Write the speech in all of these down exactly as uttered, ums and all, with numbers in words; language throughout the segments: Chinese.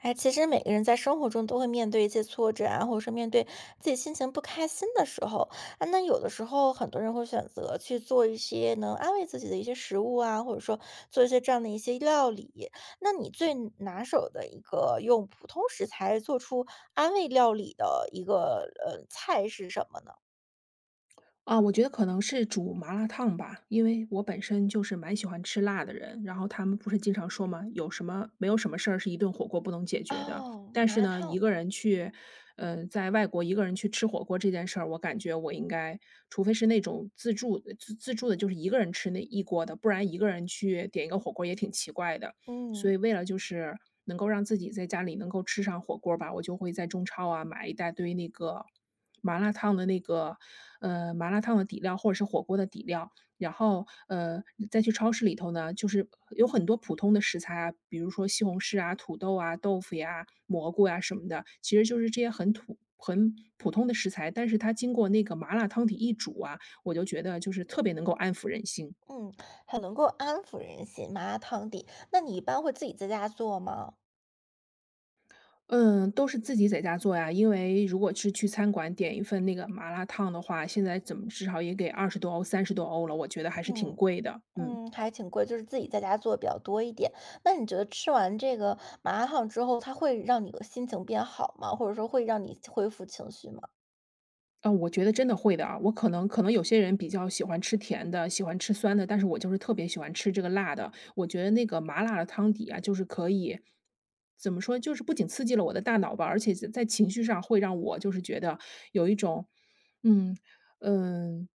哎，其实每个人在生活中都会面对一些挫折啊，或者说面对自己心情不开心的时候，啊，那有的时候很多人会选择去做一些能安慰自己的一些食物啊，或者说做一些这样的一些料理。那你最拿手的一个用普通食材做出安慰料理的一个呃菜是什么呢？啊，我觉得可能是煮麻辣烫吧，因为我本身就是蛮喜欢吃辣的人。然后他们不是经常说嘛，有什么没有什么事儿是一顿火锅不能解决的。哦，但麻是辣呢，烫，一个人去，呃，在外国一个人去吃火锅这件事儿，我感觉我应该，除非是那种自助自自助的，就是一个人吃那一锅的，不然一个人去点一个火锅也挺奇怪的。所嗯以为了就是能够让自己在家里能够吃上火锅儿吧，我就会在中超啊买一大堆那个麻辣烫的那个呃麻辣烫的底料或者是火锅的底料，然后呃再去超市里头呢，就是有很多普通的食材啊，比如说西红柿啊、土豆啊、豆腐呀、蘑菇呀、什么的，其实就是这些很土。很普通的食材，但是它经过那个麻辣汤底一煮啊，我就觉得就是特别能够安抚人心。嗯，很能够安抚人心，麻辣烫底。那你一般会自己在家做吗？嗯，都是自己在家做呀，因为如果是去餐馆点一份那个麻辣烫的话，现在怎么至少也给二十多欧、三十多欧了，我觉得还是挺嗯。贵的，嗯。嗯，还挺贵，就是自己在家做的比较多一点。那你觉得吃完这个麻辣烫之后，它会让你的心情变好吗？或者说会让你恢复情绪吗？啊，我觉得真的会的啊。我可能可能有些人比较喜欢吃甜的，喜欢吃酸的，但是我就是特别喜欢吃这个辣的。我觉得那个麻辣的汤底啊，就是可以怎么说，就是不仅刺激了我的大脑吧，而且在在情绪上会让我就是觉得有一种，嗯嗯，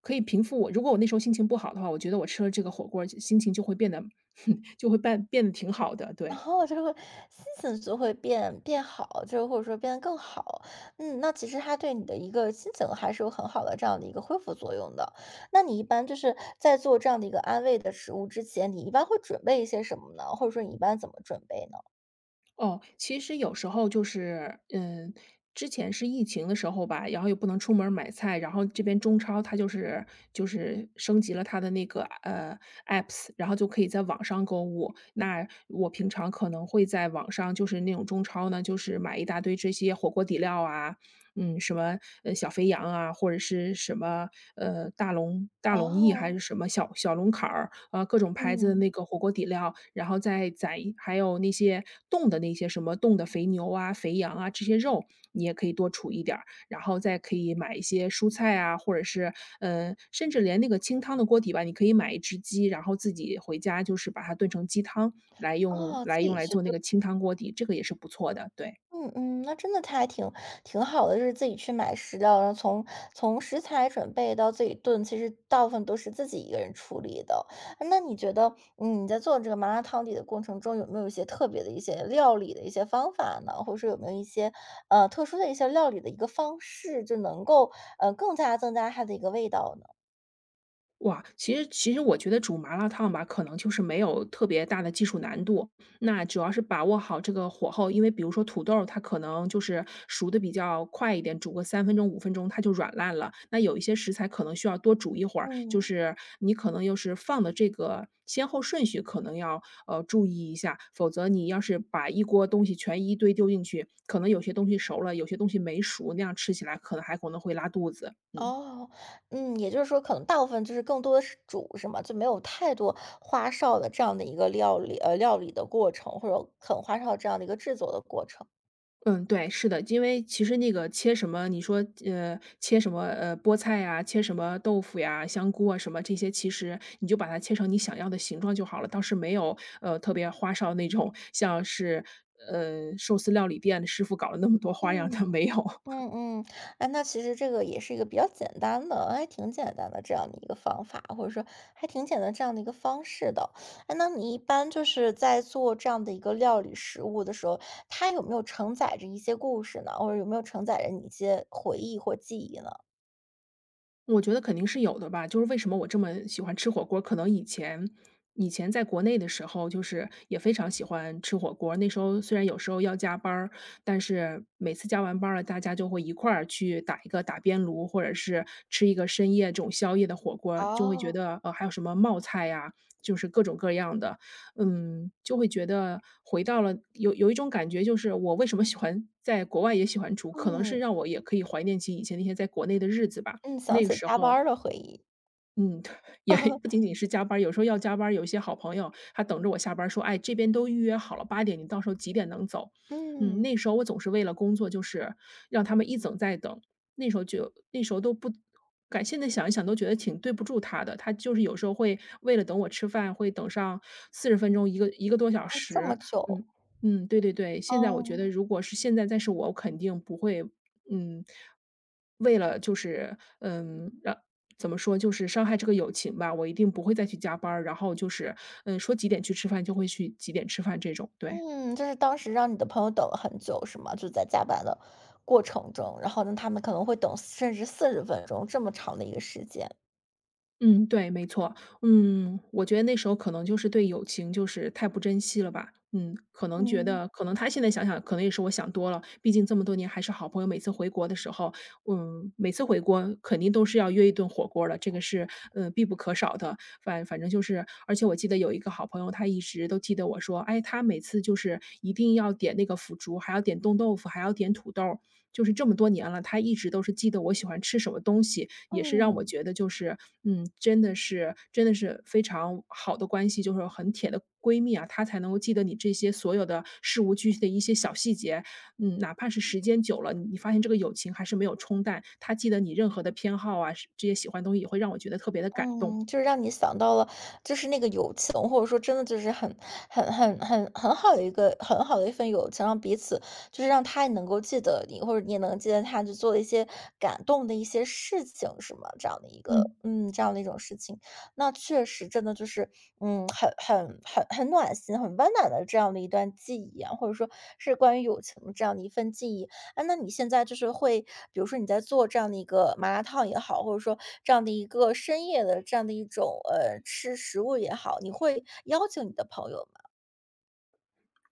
可以平复我。如果我那时候心情不好的话，我觉得我吃了这个火锅儿心情就会变得 就会变变得挺好的。对，然后就会心情就会变变好，就是或者说变得更好。嗯，那其实它对你的一个心情还是有很好的这样的一个恢复作用的。那你一般就是在做这样的一个安慰的食物之前，你一般会准备一些什么呢？或者说你一般怎么准备呢？哦，其实有时候就是，嗯，之前是疫情的时候吧，然后又不能出门儿买菜，然后这边中超它就是就是升级了它的那个呃 apps,然后就可以在网上购物。那我平常可能会在网上就是那种中超呢，就是买一大堆这些火锅底料啊，嗯，什么呃小肥羊啊，或者是什么呃大龙大龙翼还是哦，什么小小龙坎儿，呃，各种牌子的嗯，那个火锅底料，然后再宰还有那些冻的那些什么冻的肥牛啊、肥羊啊这些肉，你也可以多储一点儿，然后再可以买一些蔬菜啊，或者是嗯，甚至连那个清汤的锅底吧，你可以买一只鸡，然后自己回家就是把它炖成鸡汤来用哦，自来用己来去，做那个清汤锅底，这个也是不错的，对。嗯嗯，那真的他还挺挺好的，就是自己去买食料，然后从从食材准备到自己炖，其实大部分都是自己一个人处理的。那你觉得，嗯，你在做这个麻辣汤底的过程中，有没有一些特别的一些料理的一些方法呢？或者说有没有一些呃特殊的一些料理的一个方式，就能够呃更加增加它的一个味道呢？哇，其实其实我觉得煮麻辣烫吧，可能就是没有特别大的技术难度。那主要是把握好这个火候，因为比如说土豆儿，它可能就是熟的比较快一点，煮个三分钟、五分钟它就软烂了。那有一些食材可能需要多煮一会儿，就嗯是你可能又是放的这个先后顺序可能要呃注意一下，否则你要是把一锅东西全一堆丢进去，可能有些东西熟了，有些东西没熟，那样吃起来可能还可能会拉肚子。嗯。哦，嗯，也就是说可能大部分就是更多的是煮是吗？就没有太多花哨的这样的一个料理呃，料理的过程，或者很花哨这样的一个制作的过程。嗯，对，是的，因为其实那个切什么，你说呃，切什么呃菠菜呀，切什么豆腐呀、香菇啊什么这些，其实你就把它切成你想要的形状就好了，倒是没有呃特别花哨那种，像是呃寿司料理店的师傅搞了那么多花样，它嗯，没有。嗯嗯，哎，那其实这个也是一个比较简单的，还挺简单的这样的一个方法，或者说还挺简单这样的一个方式的。哎，那你一般就是在做这样的一个料理食物的时候，它有没有承载着一些故事呢？或者有没有承载着你一些回忆或记忆呢？我觉得肯定是有的吧，就是为什么我这么喜欢吃火锅儿可能以前以前在国内的时候，就是也非常喜欢吃火锅儿那时候虽然有时候要加班儿，但是每次加完班儿了，大家就会一块儿去打一个打边炉，或者是吃一个深夜这种宵夜的火锅儿就会觉哦，得，呃，还有什么冒菜呀，就是各种各样的。嗯，就会觉得回到了有有一种感觉，就是我为什么喜欢在国外也喜欢煮，可能是嗯。让我也可以怀念起以前那些在国内的日子吧。嗯，想那个起时加班候，儿的回忆。嗯，也不仅 仅是加班儿有时候要加班儿有一些好朋友他等着我下班儿说："哎，这边都预约好了八点，你到时候几点能走？"嗯，嗯，那时候我总是为了工作，就是让他们一等再等。那时候就那时候都不感现在想一想都觉得挺对不住他的，他就是有时候会为了等我吃饭，会等上四十分钟一个一个多小哦这时。么久，嗯，嗯，对对对，现在我觉得哦，如果是现在再是我，我肯定不会，嗯，为了就是，嗯，让怎么说，就是伤害这个友情吧，我一定不会再去加班儿然后就是，嗯，说几点去吃饭就会去几点吃饭这种，对。嗯，就是当时让你的朋友等了很久是吗？就在加班的过程中，然后呢，他们可能会等甚至四十分钟这么长的一个时间。嗯，对，没错。嗯，我觉得那时候可能就是对友情就是太不珍惜了吧。嗯，可能觉嗯，得可能他现在想想，可能也是我想多了。毕竟这么多年还是好朋友，每次回国的时候，嗯，每次回国肯定都是要约一顿火锅儿的，这个是，呃，必不可少的。反反正就是而且我记得有一个好朋友，他一直都记得我说，哎，他每次就是一定要点那个腐竹，还要点冻豆腐，还要点土豆儿就是这么多年了，他一直都是记得我喜欢吃什么东西，也是让我嗯。觉得就是，嗯，真的是真的是非常好的关系，就是很铁的闺蜜啊，她才能够记得你这些所有的事无巨细的一些小细节。嗯，哪怕是时间久了，你发现这个友情还是没有冲淡，她记得你任何的偏好啊，这些喜欢的东西也会让我觉得特别的感动。嗯，就是让你想到了，就是那个友情，或者说真的就是很、很、很、很、很好的一个很好的一份友情，让彼此就是让他也能够记得你，或者你也能记得他，就做了一些感动的一些事情，是吗？这样的一个，嗯。嗯，这样的一种事情，那确实真的就是，嗯，很、很、很、很暖心、很温暖的这样的一段记忆啊，或者说是关于友情的这样的一份记忆。哎，那你现在就是会，比如说你在做这样的一个麻辣烫也好，或者说这样的一个深夜的这样的一种呃吃食物也好，你会邀请你的朋友吗？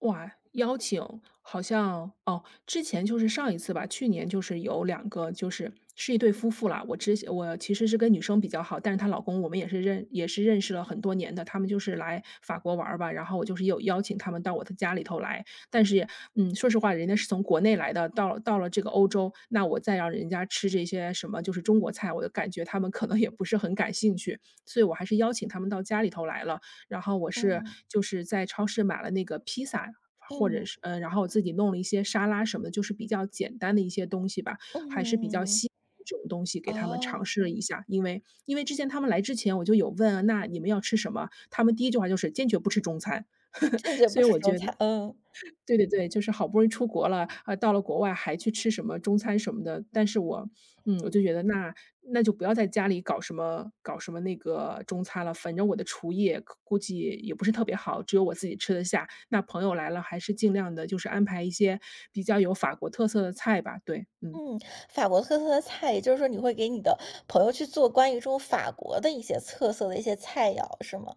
哇，邀请好像哦，之前就是上一次吧，去年就是有两个就是是一对夫妇啦，我之前我其实是跟女生比较好，但是她老公我们也是认也是认识了很多年的，他们就是来法国玩儿吧，然后我就是有邀请他们到我的家里头来。但是，嗯，说实话，人家是从国内来的，到了到了这个欧洲，那我再让人家吃这些什么就是中国菜，我就感觉他们可能也不是很感兴趣，所以我还是邀请他们到家里头来了。然后我是嗯就是在超市买了那个披萨，或者嗯是嗯，然后我自己弄了一些沙拉什么的，就是比较简单的一些东西吧，还是比较嗯，西这种东西给他们哦，尝试了一下。因为因为之前他们来之前我就有问啊那你们要吃什么？他们第一句话就是坚决不吃中餐，坚 决所不以吃我中觉得餐，嗯。对对对，就是好不容易出国了，啊，到了国外还去吃什么中餐什么的，但是我嗯，我就觉得那那就不要在家里搞什么搞什么那个中餐了，反正我的厨艺可估计也不是特别好，只有我自己吃得下。那朋友来了，还是尽量的，就是安排一些比较有法国特色的菜吧，对，嗯。嗯，法国特色的菜，也就是说你会给你的朋友去做关于这种法国的一些特色的一些菜肴，是吗？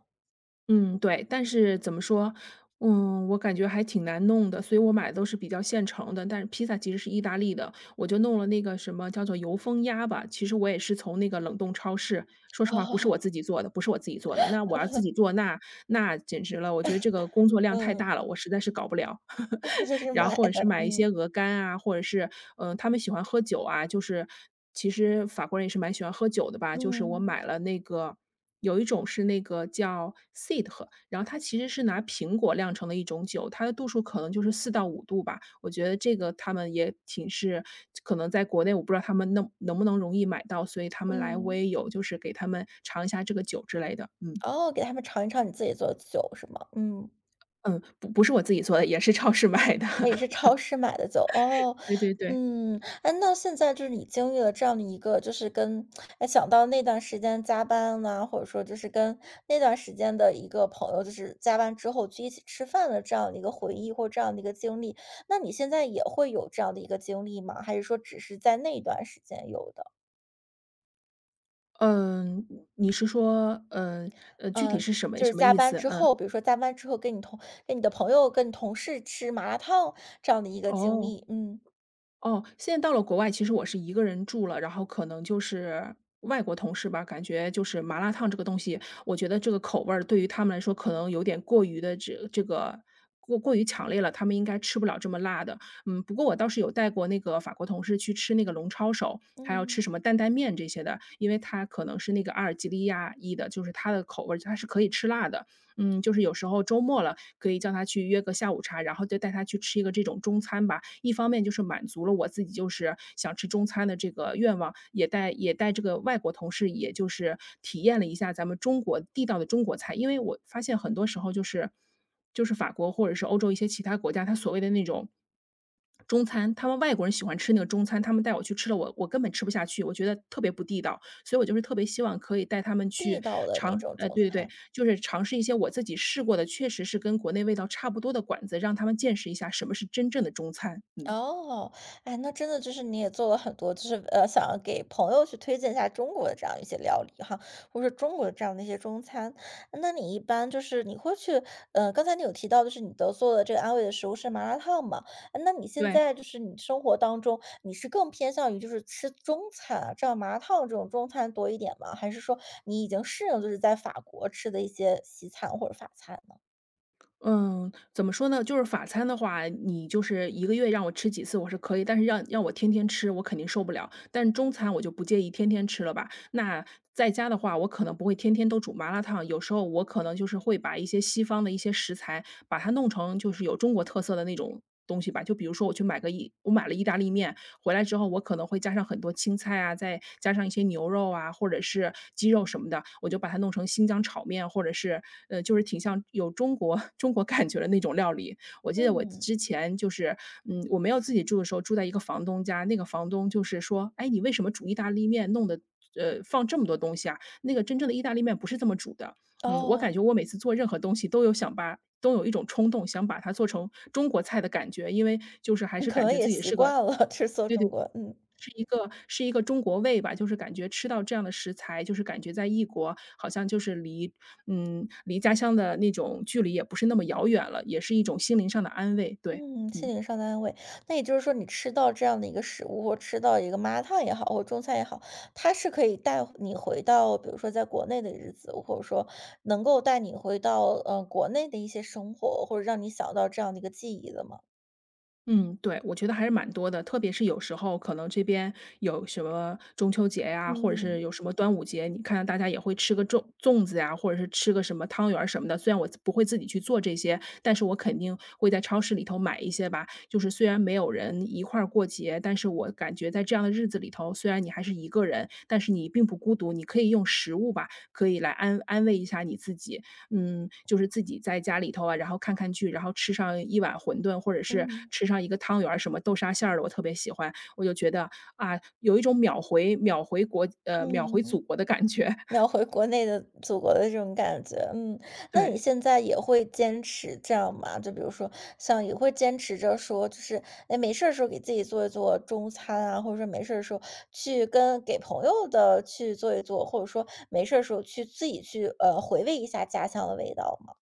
嗯，对，但是怎么说，嗯，我感觉还挺难弄的，所以我买的都是比较现成的。但是披萨其实是意大利的，我就弄了那个什么叫做油封鸭吧，其实我也是从那个冷冻超市，说实话不是我哦，自己做的，不是我自己做的。那我要自己做，那那简直了，我觉得这个工作量太嗯，大了，我实在是搞不了。就是然后买或者是的，买一嗯些鹅肝啊，或者是，嗯，呃他们喜欢喝酒啊，就是其实法国人也是蛮喜欢喝酒的吧，就是我嗯买了那个有一种是那个叫 s e e d r， 然后它其实是拿苹果酿成的一种酒，它的度数可能就是四到五度吧。我觉得这个他们也挺是可能在国内我不知道他们能能不能容易买到，所以他们来我嗯，也有就是给他们尝一下这个酒之类的，嗯。哦，给他们尝一尝你自己做的酒，是吗？嗯。嗯，不不是我自己做的，也是超市买的，那也是 超市买的酒，哦。对对对。嗯，哎，那现在就是你经历了这样的一个就是跟哎，想到那段时间加班呐，或者说就是跟那段时间的一个朋友，就是加班之后去一起吃饭的这样的一个回忆或这样的一个经历，那你现在也会有这样的一个经历吗？还是说只是在那段时间有的？嗯，你是说，呃，呃，具体嗯，是什么就是什么加意班思？之嗯，后，比如说加班之后跟你同跟你的朋友、跟你同事吃麻辣烫这样的一个经哦。历，嗯，哦，现在到了国外，其实我是一个人住了，然后可能就是外国同事吧，感觉就是麻辣烫这个东西，我觉得这个口味儿对于他们来说可能有点过于的这这个过过于强烈了，他们应该吃不了这么辣的。嗯，不过我倒是有带过那个法国同事去吃那个龙抄手，还要吃嗯，什么担担面这些的，因为他可能是那个阿尔及利亚裔的，就是他的口味儿他是可以吃辣的。嗯，就是有时候周末了，可以叫他去约个下午茶，然后再带他去吃一个这种中餐吧。一方面就是满足了我自己就是想吃中餐的这个愿望，也带也带这个外国同事，也就是体验了一下咱们中国地道的中国菜。因为我发现很多时候就是就是法国或者是欧洲一些其他国家，他所谓的那种中餐，他们外国人喜欢吃那个中餐，他们带我去吃了我，我根本吃不下去，我觉得特别不地道。所以我就是特别希望可以带他们去地道的那尝种呃，中对对对，餐。就是尝试一些我自己试过的，确实是跟国内味道差不多的馆子，让他们见识一下什么是真正的中餐，嗯，哦，哎，那真的就是你也做了很多，就是呃，想要给朋友去推荐一下中国的这样一些料理哈，或者说中国的这样的一些中餐。那你一般就是你会去，呃，刚才你有提到，就是你都做的这个安慰的食物是麻辣烫嘛？哎那你现对。在就是你生活当中，你是更偏向于就是吃中餐啊，这样麻辣烫这种中餐多一点吗？还是说你已经适应就是在法国吃的一些西餐或者法餐呢？嗯，怎么说呢？就是法餐的话，你就是一个月让我吃几次我是可以，但是让让我天天吃，我肯定受不了。但中餐我就不介意天天吃了吧。那在家的话，我可能不会天天都煮麻辣烫，有时候我可能就是会把一些西方的一些食材，把它弄成就是有中国特色的那种东西吧。就比如说我去买个意我买了意大利面，回来之后我可能会加上很多青菜啊，再加上一些牛肉啊，或者是鸡肉什么的，我就把它弄成新疆炒面，或者是呃，就是挺像有中国 中国感觉的那种料理。我记得我嗯，之前就是，嗯，我没有自己住的时候，住在一个房东家，那个房东就是说：“哎，你为什么煮意大利面弄的呃，放这么多东西啊？那个真正的意大利面不是这么煮的。”嗯，我哦，感觉我每次做任何东西都有想把都有一种冲动，想把它做成中国菜的感觉，因为就是还你是可感能觉也自己习是个惯了 吃做对对中国，嗯。是一个是一个中国胃吧，就是感觉吃到这样的食材，就是感觉在异国好像就是离嗯，离家乡的那种距离也不是那么遥远了，也是一种心灵上的安慰，对，嗯，嗯。心灵上的安慰。那也就是说，你吃到这样的一个食物，或吃到一个麻辣烫也好，或中餐也好，它是可以带你回到，比如说在国内的日子，或者说能够带你回到呃国内的一些生活，或者让你想到这样的一个记忆的吗？嗯，对，我觉得还是蛮多的，特别是有时候可能这边有什么中秋节呀，或者是嗯有什么端午节，你看大家也会吃个粽粽子呀，或者是吃个什么汤圆儿什么的。虽然我不会自己去做这些，但是我肯定会在超市里头买一些吧。就是虽然没有人一块儿过节，但是我感觉在这样的日子里头，虽然你还是一个人，但是你并不孤独，你可以用食物吧，可以来安安慰一下你自己。嗯，就是自己在家里头啊，然后看看剧，然后吃上一碗馄饨，或者是嗯吃上一个汤圆儿，什么豆沙馅儿的，我特别喜欢。我就觉得，啊，有一种秒回秒回国呃，秒回祖嗯。国的感觉，你要 回国内的祖国的这种感觉，嗯。那你对。现在也会坚持这样吗？就比如说像也会坚持着说，就是，哎，没事儿的时候给自己做一做中餐啊，或者说没事儿的时候去跟给朋友的去做一做，或者说没事儿的时候去自己去，呃，回味一下家乡的味道吗？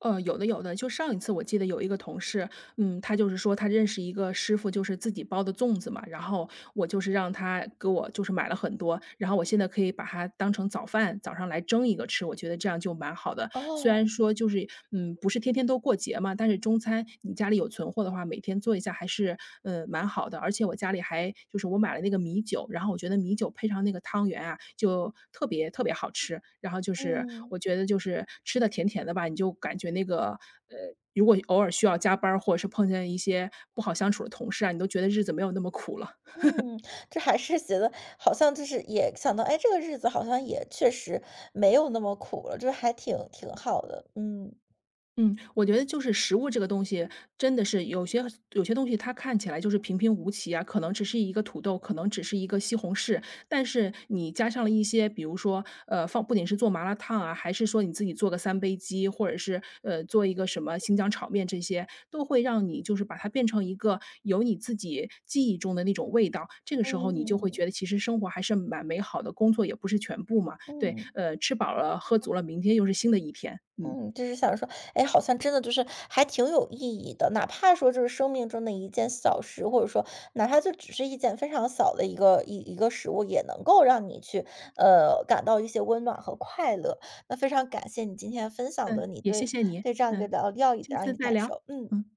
呃，有的有的，就上一次我记得有一个同事，嗯，他就是说他认识一个师傅，就是自己包的粽子嘛，然后我就是让他给我就是买了很多，然后我现在可以把它当成早饭，早上来蒸一个吃，我觉得这样就蛮好的。虽然哦，说就是，嗯，不是天天都过节嘛，但是中餐你家里有存货的话，每天做一下还是，嗯，蛮好的。而且我家里还就是我买了那个米酒，然后我觉得米酒配上那个汤圆啊，就特别特别好吃。然后就是嗯，我觉得就是吃的甜甜的吧，你就感觉那个，呃，如果偶尔需要加班儿，或者是碰见一些不好相处的同事啊，你都觉得日子没有那么苦了。嗯，这还是觉得好像就是也想到，哎，这个日子好像也确实没有那么苦了，就是还挺挺好的，嗯，嗯，我觉得就是食物这个东西，真的是有些有些东西它看起来就是平平无奇啊，可能只是一个土豆，可能只是一个西红柿，但是你加上了一些，比如说，呃，放不仅是做麻辣烫啊，还是说你自己做个三杯鸡，或者是呃做一个什么新疆炒面，这些都会让你就是把它变成一个有你自己记忆中的那种味道。这个时候你就会觉嗯。得其实生活还是蛮美好的，工作也不是全部嘛。对，嗯呃，吃饱了喝足了，明天又是新的一天。嗯。嗯，就是想说，哎，好像真的就是还挺有意义的，哪怕说就是生命中的一件小事，或者说哪怕就只是一件非常小的一个一一个食物，也能够让你去呃感到一些温暖和快乐。那非常感谢你今天分享的嗯，你也谢对谢你，对这样一嗯，个料料理下的这样一次个再感聊，受，嗯。嗯。